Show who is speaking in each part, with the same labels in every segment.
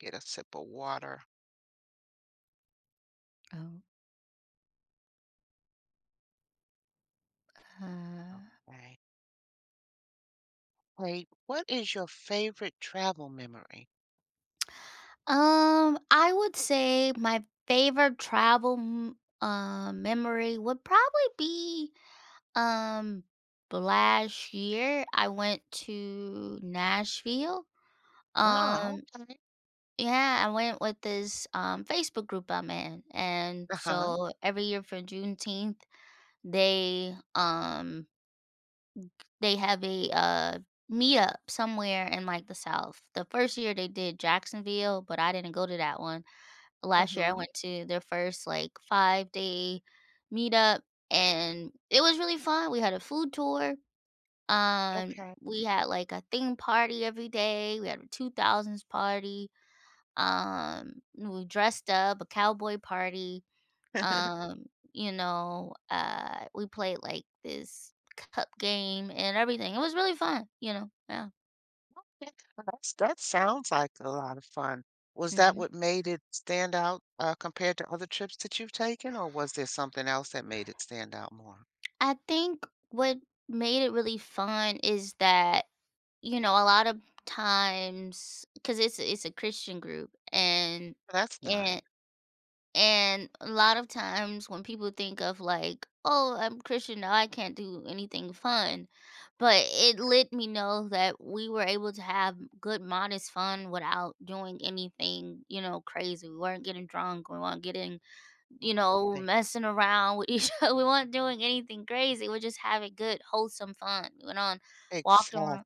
Speaker 1: Get a sip of water.
Speaker 2: Oh, uh,
Speaker 1: Okay. Wait, what is your favorite travel memory?
Speaker 2: I would say my favorite travel memory would probably be um last year I went to Nashville.
Speaker 1: Oh,
Speaker 2: Um,
Speaker 1: okay.
Speaker 2: yeah, I went with this Facebook group I'm in, and
Speaker 1: Uh-huh.
Speaker 2: so every year for Juneteenth they they have a meetup somewhere in like the South. The first year they did Jacksonville, but I didn't go to that one. Last year, I
Speaker 1: Mm-hmm.
Speaker 2: went to their first, like, five-day meetup, and it was really fun. We had a food tour, um,
Speaker 1: Okay.
Speaker 2: we had, like, a theme party every day, we had a 2000s party, we dressed up, a cowboy party, um, we played, like, this cup game and everything. It was really fun. Yeah.
Speaker 1: That sounds like a lot of fun. Was that
Speaker 2: Mhm.
Speaker 1: what made it stand out compared to other trips that you've taken, or was there something else that made it stand out more?
Speaker 2: I think what made it really fun is that you know, a lot of times because it's a Christian group, and
Speaker 1: That's nice.
Speaker 2: and and a lot of times when people think of like, oh, I'm Christian now, I can't do anything fun. But it let me know that we were able to have good, modest fun without doing anything, you know, crazy. We weren't getting drunk. We weren't getting, you know,
Speaker 1: Right.
Speaker 2: messing around with each other. We weren't doing anything crazy. We're just having good, wholesome fun. We went on, walked around.
Speaker 1: Exactly.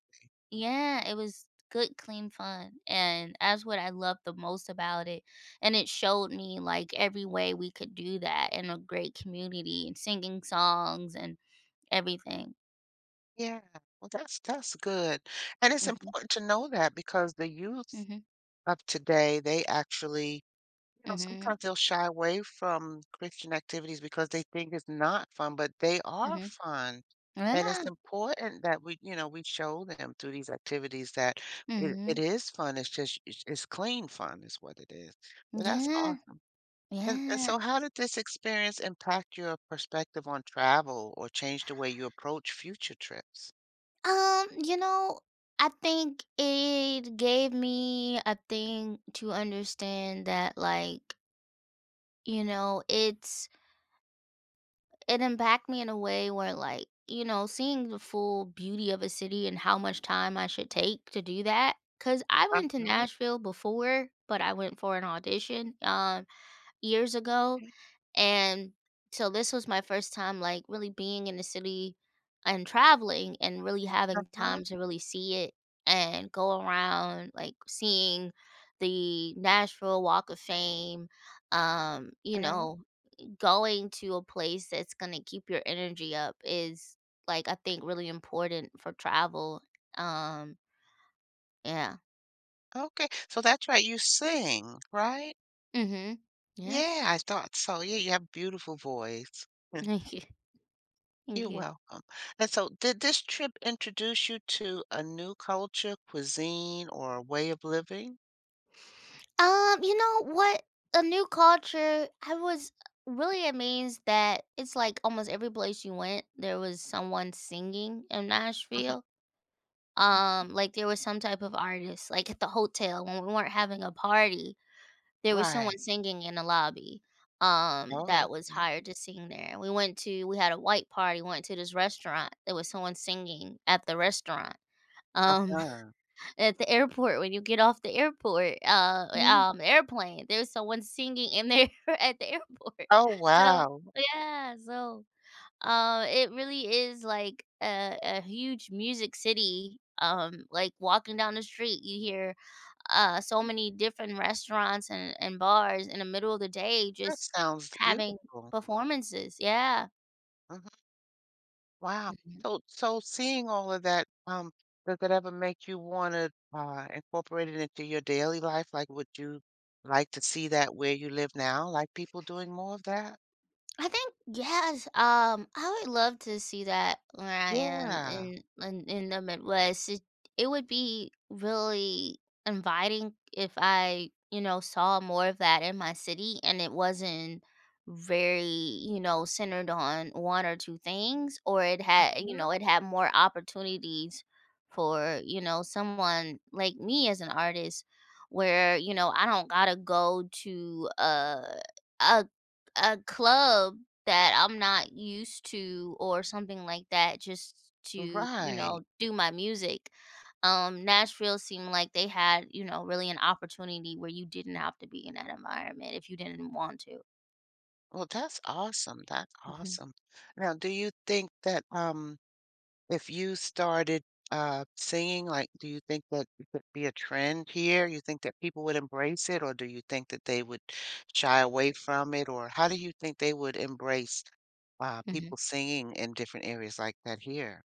Speaker 2: Yeah, it was good, clean fun, and that's what I loved the most about it, and it showed me, like, every way we could do that in a great community and singing songs and everything.
Speaker 1: Yeah. Well, that's good. And it's
Speaker 2: Mhm,
Speaker 1: important to know that because the youth
Speaker 2: mhm,
Speaker 1: of today, they actually, you know,
Speaker 2: mhm,
Speaker 1: sometimes they'll shy away from Christian activities because they think it's not fun, but they are
Speaker 2: mhm.
Speaker 1: fun. And
Speaker 2: Yeah,
Speaker 1: it's important that we, you know, we show them through these activities that it
Speaker 2: mhm.
Speaker 1: is fun. It's just, it's clean fun is what it is. Well, that's
Speaker 2: Yeah,
Speaker 1: awesome. And
Speaker 2: yeah.
Speaker 1: so how did this experience impact your perspective on travel or change the way you approach future trips?
Speaker 2: You know, I think it gave me a thing to understand that, like, you know, it impacted me in a way where like you know seeing the full beauty of a city and how much time I should take to do that because I went to
Speaker 1: Uh-huh.
Speaker 2: nashville before but I went for an audition years ago
Speaker 1: Okay.
Speaker 2: and so this was my first time like really being in the city and traveling and really having
Speaker 1: Uh-huh,
Speaker 2: time to really see it and go around like seeing the nashville walk of fame you
Speaker 1: okay.
Speaker 2: know going to a place that's gonna keep your energy up is like I think really important for travel. Um, yeah.
Speaker 1: Okay. So that's right. You sing, right?
Speaker 2: Mhm. Yes.
Speaker 1: Yeah, I thought so. Yeah, you have a beautiful voice.
Speaker 2: Thank you. Thank
Speaker 1: You're
Speaker 2: you.
Speaker 1: welcome. And so, did this trip introduce you to a new culture, cuisine, or a way of living?
Speaker 2: You know what? A new culture. I was really amazed that it's like almost every place you went, there was someone singing in
Speaker 1: Mhm.
Speaker 2: Nashville. Like there was some type of artist, like at the hotel when we weren't having a party. There was someone
Speaker 1: Right.
Speaker 2: singing in the lobby,
Speaker 1: Oh,
Speaker 2: that was
Speaker 1: okay.
Speaker 2: hired to sing there. We went to we had a white party, went to this restaurant. There was someone singing at the restaurant. Um,
Speaker 1: Uh-huh.
Speaker 2: at the airport, when you get off the
Speaker 1: Mhm.
Speaker 2: airplane, there's someone singing in there at the airport.
Speaker 1: Oh,
Speaker 2: So,
Speaker 1: wow.
Speaker 2: yeah, so, it really is like a huge music city. Like walking down the street, you hear so many different restaurants and bars in the middle of the day
Speaker 1: That
Speaker 2: just
Speaker 1: sounds
Speaker 2: having
Speaker 1: beautiful.
Speaker 2: performances. Yeah.
Speaker 1: Mm-hmm. Wow.
Speaker 2: Mhm.
Speaker 1: So seeing all of that, does it ever make you want to incorporate it into your daily life? Like, would you like to see that where you live now? Like people doing more of that?
Speaker 2: I think yes. I would love to see that where I am
Speaker 1: Yeah.
Speaker 2: in the Midwest. It would be really inviting if I, you know, saw more of that in my city and it wasn't very, you know, centered on one or two things or it had, you know,
Speaker 1: Mhm.
Speaker 2: it had more opportunities for, you know, someone like me as an artist where, you know, I don't got to go to a a club that I'm not used to or something like that just to, you
Speaker 1: Right.
Speaker 2: know, do my music. Nashville seemed like they had, you know, really an opportunity where you didn't have to be in that environment if you didn't want to.
Speaker 1: Well, that's awesome. That's
Speaker 2: Mhm,
Speaker 1: awesome. Now, do you think that if you started, singing, like, do you think that it could be a trend here? You think that people would embrace it, or do you think that they would shy away from it, or how do you think they would embrace,
Speaker 2: mhm.
Speaker 1: people singing in different areas like that here?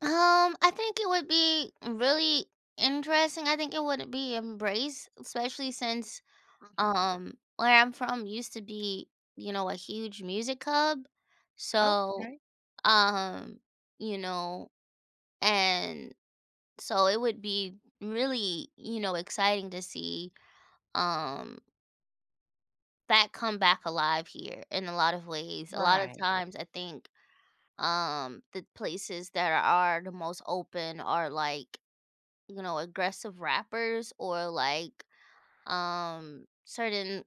Speaker 2: I think it would be really interesting. I think it would be embraced, especially since
Speaker 1: Mhm.
Speaker 2: where I'm from used to be, you know, a huge music hub. So,
Speaker 1: Okay.
Speaker 2: um, you know, and so it would be really you know exciting to see um that come back alive here in a lot of ways a lot of
Speaker 1: Right.
Speaker 2: times I think the places that are the most open are like you know aggressive rappers or like certain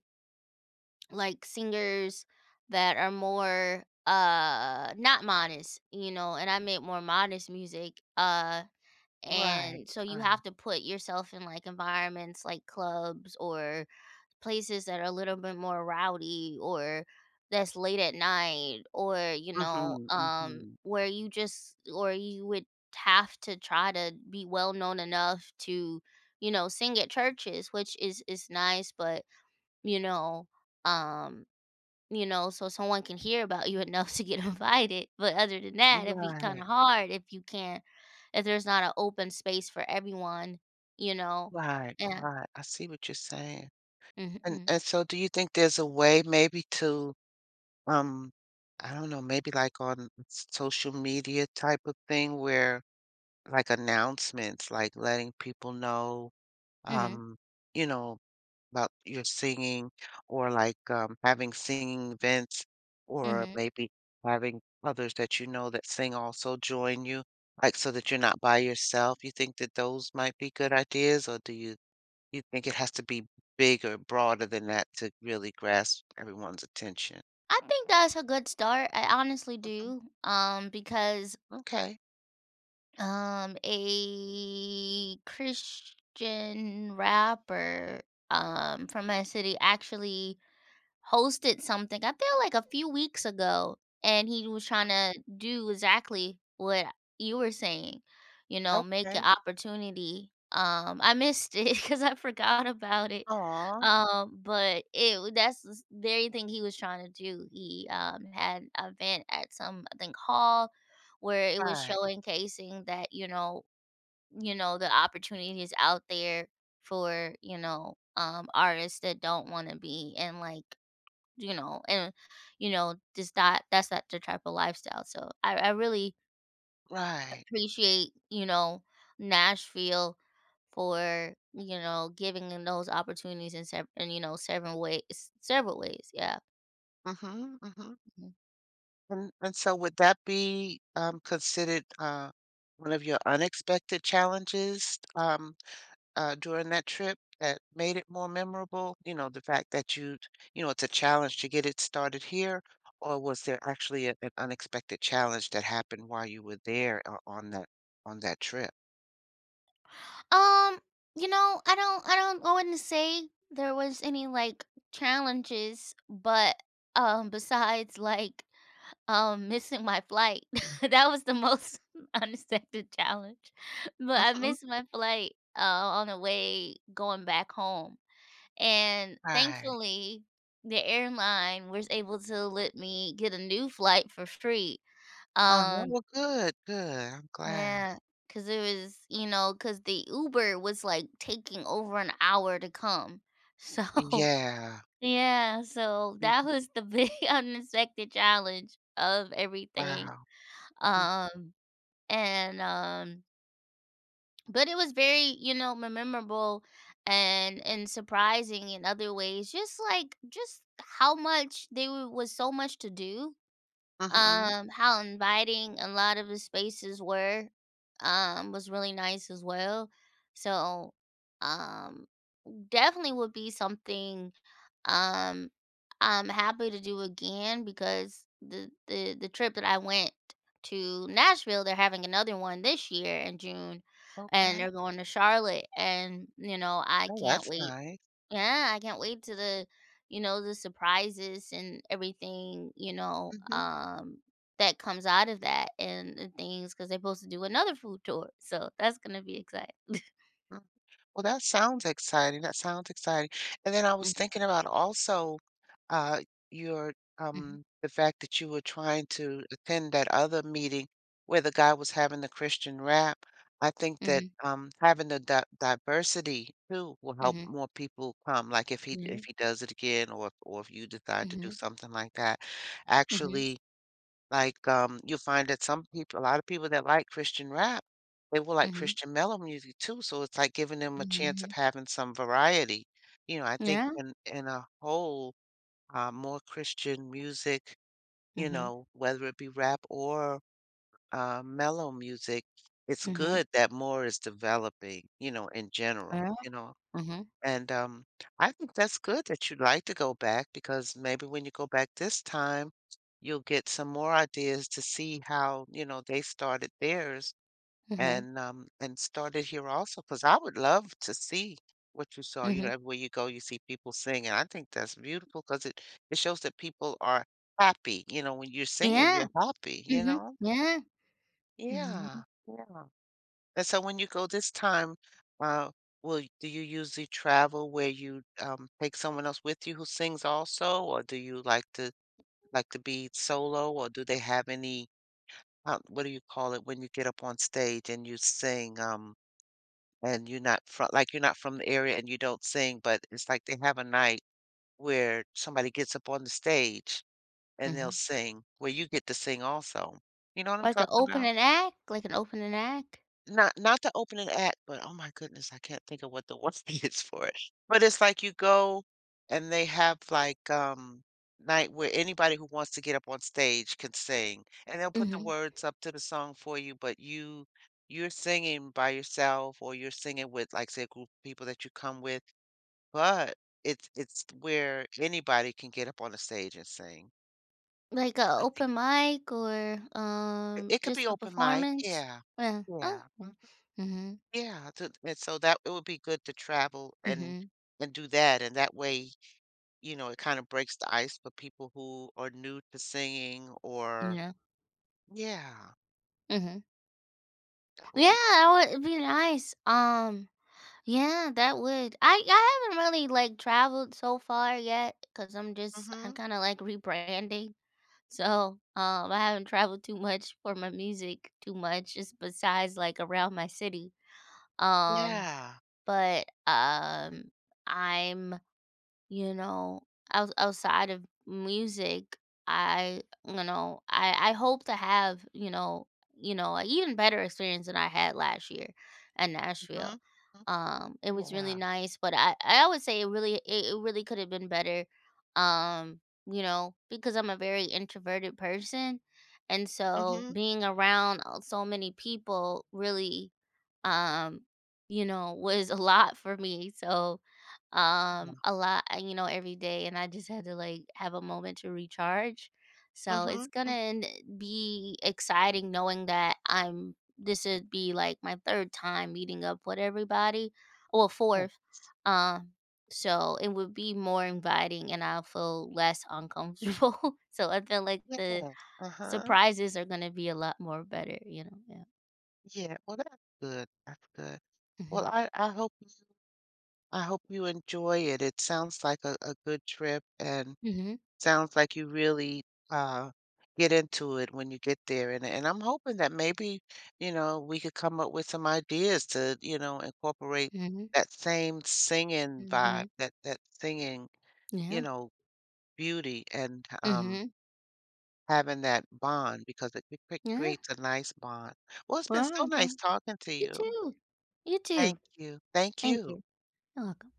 Speaker 2: like singers that are more not modest you know and I make more modest music
Speaker 1: Right.
Speaker 2: And so you
Speaker 1: Right.
Speaker 2: have to put yourself in like environments like clubs or places that are a little bit more rowdy or that's late at night or you know
Speaker 1: Mhm. Mhm.
Speaker 2: where you just or you would have to try to be well known enough to you know sing at churches which is nice but you know um you know, so someone can hear about you enough to get invited. But other than that, it'd be kind
Speaker 1: Right.
Speaker 2: of hard if you can't, if there's not an open space for everyone, you know.
Speaker 1: Right.
Speaker 2: Yeah.
Speaker 1: Right. I see what you're saying. And
Speaker 2: Mm-hmm.
Speaker 1: and so do you think there's a way maybe to, Um, I don't know, maybe like on social media type of thing where like announcements, like letting people know,
Speaker 2: Mm-hmm.
Speaker 1: um, you know, about your singing or like having singing events or
Speaker 2: Mm-hmm.
Speaker 1: maybe having others that you know that sing also join you, like so that you're not by yourself. You think that those might be good ideas, or do you, you think it has to be bigger, broader than that to really grasp everyone's attention?
Speaker 2: I think that's a good start. I honestly
Speaker 1: Mhm.
Speaker 2: do. Because
Speaker 1: Okay.
Speaker 2: a Christian rapper from my city actually hosted something, I feel like a few weeks ago, and he was trying to do exactly what you were saying, you know, make an
Speaker 1: Okay.
Speaker 2: opportunity. I missed it because I forgot about it.
Speaker 1: Aw.
Speaker 2: But that's the very thing he was trying to do. He had an event at some I think hall where it was
Speaker 1: Right,
Speaker 2: showcasing that you know the opportunities out there for you know artists that don't want to be in like you know, and you know, just that the type of lifestyle. So I really
Speaker 1: right.
Speaker 2: appreciate, you know, Nashville for, you know, giving them those opportunities in sev- and you know, several ways. Yeah.
Speaker 1: Mhm, mhm.
Speaker 2: Mhm.
Speaker 1: And so would that be, considered, one of your unexpected challenges, during that trip that made it more memorable? You know, the fact that you know, it's a challenge to get it started here, or was there actually a an unexpected challenge that happened while you were there o on that trip?
Speaker 2: Um, you know, I wouldn't say there was any like challenges, but besides like missing my flight. That was the most unexpected challenge. But I
Speaker 1: Mhm.
Speaker 2: missed my flight on the way going back home. And
Speaker 1: Right.
Speaker 2: thankfully the airline was able to let me get a new flight for free.
Speaker 1: Uh-huh.
Speaker 2: Um
Speaker 1: Well, good, good. I'm glad.
Speaker 2: yeah, cause it was, you know, cause the Uber was, like, taking over an hour to come. So
Speaker 1: Yeah.
Speaker 2: yeah, so that
Speaker 1: Mm,
Speaker 2: was the big unexpected challenge of everything.
Speaker 1: wow.
Speaker 2: Um, and, um but it was very, you know, memorable and surprising in other ways, just, like just how much there w was so much to do
Speaker 1: Uh-huh.
Speaker 2: how inviting a lot of the spaces were, was really nice as well. So, um, definitely would be something um I'm happy to do again because the trip that I went to Nashville, they're having another one this year in June, and
Speaker 1: Okay.
Speaker 2: they're going to Charlotte, and you know I
Speaker 1: Oh,
Speaker 2: can't
Speaker 1: that's
Speaker 2: wait
Speaker 1: nice.
Speaker 2: yeah, I can't wait to you know, the surprises and everything, you know,
Speaker 1: Mhm,
Speaker 2: that comes out of that and the things because they're supposed to do another food tour. So that's gonna be exciting.
Speaker 1: mm. Well, that sounds exciting, and then I was
Speaker 2: Mhm,
Speaker 1: thinking about also, uh, your,
Speaker 2: mhm,
Speaker 1: the fact that you were trying to attend that other meeting where the guy was having the Christian rap. I think that,
Speaker 2: mhm,
Speaker 1: having the di diversity too will help
Speaker 2: mhm,
Speaker 1: more people come, like,
Speaker 2: yeah.
Speaker 1: if he does it again or if you decide to do
Speaker 2: Mhm,
Speaker 1: something like that,
Speaker 2: mhm,
Speaker 1: actually. Like, you'll find that some people, a lot of people that like Christian rap, they will like
Speaker 2: mhm,
Speaker 1: Christian mellow music too, so it's like giving them a
Speaker 2: mhm,
Speaker 1: chance of
Speaker 2: mhm.
Speaker 1: having some variety. You know, I think
Speaker 2: Yeah.
Speaker 1: in a whole, more Christian music, you
Speaker 2: Mhm,
Speaker 1: know, whether it be rap or, mellow music, it's
Speaker 2: mhm,
Speaker 1: good that more is developing, you know, in general,
Speaker 2: yeah.
Speaker 1: you know?
Speaker 2: Mhm,
Speaker 1: And I think that's good that you'd like to go back because maybe when you go back this time, you'll get some more ideas to see how, you know, they started theirs
Speaker 2: mhm,
Speaker 1: and started here also. Because I would love to see what you saw. You know,
Speaker 2: mhm.
Speaker 1: everywhere you go, you see people singing. I think that's beautiful because it shows that people are happy. You know, when you're singing,
Speaker 2: Yeah.
Speaker 1: you're happy, you
Speaker 2: Mhm,
Speaker 1: know?
Speaker 2: yeah. Mhm,
Speaker 1: Yeah. Yeah. And so when you go this time, uh, will y do you usually travel where you, take someone else with you who sings also, or do you like to be solo, or do they have any, what do you call it when you get up on stage and you sing, and you're not from like, you're not from the area and you don't sing, but it's like they have a night where somebody gets up on the stage and they'll
Speaker 2: mhm.
Speaker 1: sing, where you get to sing also. You know what I'm talking about?
Speaker 2: Like an opening act.
Speaker 1: Not not the opening act, but, oh my goodness, I can't think of what the word is for it. But it's like you go and they have, like, night where anybody who wants to get up on stage can sing, and they'll put the
Speaker 2: Mhm.
Speaker 1: words up to the song for you, but you, you're singing by yourself or you're singing with, like, say, a group of people that you come with, but it's where anybody can get up on the stage and sing.
Speaker 2: Like a
Speaker 1: I think
Speaker 2: open mic or,
Speaker 1: it it could be
Speaker 2: just a
Speaker 1: open mic,
Speaker 2: performance?
Speaker 1: yeah.
Speaker 2: Yeah. Oh.
Speaker 1: Yeah. Mm-hmm.
Speaker 2: Mhm.
Speaker 1: Yeah, to and so that it would be good to travel
Speaker 2: Mhm.
Speaker 1: and do that, and that way, you know, it kinda breaks the ice for people who are new to singing or
Speaker 2: Yeah.
Speaker 1: yeah,
Speaker 2: Mhm.
Speaker 1: that would
Speaker 2: Yeah,
Speaker 1: be
Speaker 2: that would be nice. Yeah, that would. I haven't really, like, traveled so far yet because 'cause I'm
Speaker 1: mhm,
Speaker 2: kinda, like, rebranding. So, I haven't traveled too much for my music too much just besides, like, around my city. Um,
Speaker 1: yeah,
Speaker 2: but, um, I'm you know, outside of music, I hope to have, you know, an even better experience than I had last year at Nashville.
Speaker 1: mhm,
Speaker 2: It was
Speaker 1: mhm,
Speaker 2: really
Speaker 1: yeah,
Speaker 2: nice, but I would say it really, it really could have been better. Um, you know, because I'm a very introverted person. And so
Speaker 1: mhm,
Speaker 2: being around so many people really, um, you know, was a lot for me. So,
Speaker 1: yeah,
Speaker 2: a lot you know every day and I just had to like have a moment to recharge so it's
Speaker 1: mhm,
Speaker 2: gonna n- be exciting knowing that I'm this would be like my third time meeting up with everybody or
Speaker 1: yeah,
Speaker 2: fourth um so it would be more inviting and I'll feel less uncomfortable so I feel like the
Speaker 1: yeah, uh-huh,
Speaker 2: surprises are gonna be a lot more better you know yeah
Speaker 1: yeah, well, that's good, that's good.
Speaker 2: mm-hmm
Speaker 1: Well, I hope you, I hope you enjoy it, it sounds like a good trip and
Speaker 2: mm-hmm
Speaker 1: sounds like you really, uh, get into it when you get there, and I'm hoping that maybe, you know, we could come up with some ideas to, you know, incorporate
Speaker 2: mm-hmm,
Speaker 1: that same singing
Speaker 2: hmm
Speaker 1: vibe, that that singing, you
Speaker 2: yeah
Speaker 1: know, beauty and,
Speaker 2: mm-hmm
Speaker 1: having that bond because it
Speaker 2: yeah
Speaker 1: creates a nice bond. Well, it's been so
Speaker 2: wow
Speaker 1: nice talking to
Speaker 2: You
Speaker 1: you.
Speaker 2: too. You too.
Speaker 1: Thank you. Thank
Speaker 2: Thank
Speaker 1: you.
Speaker 2: you. You're welcome.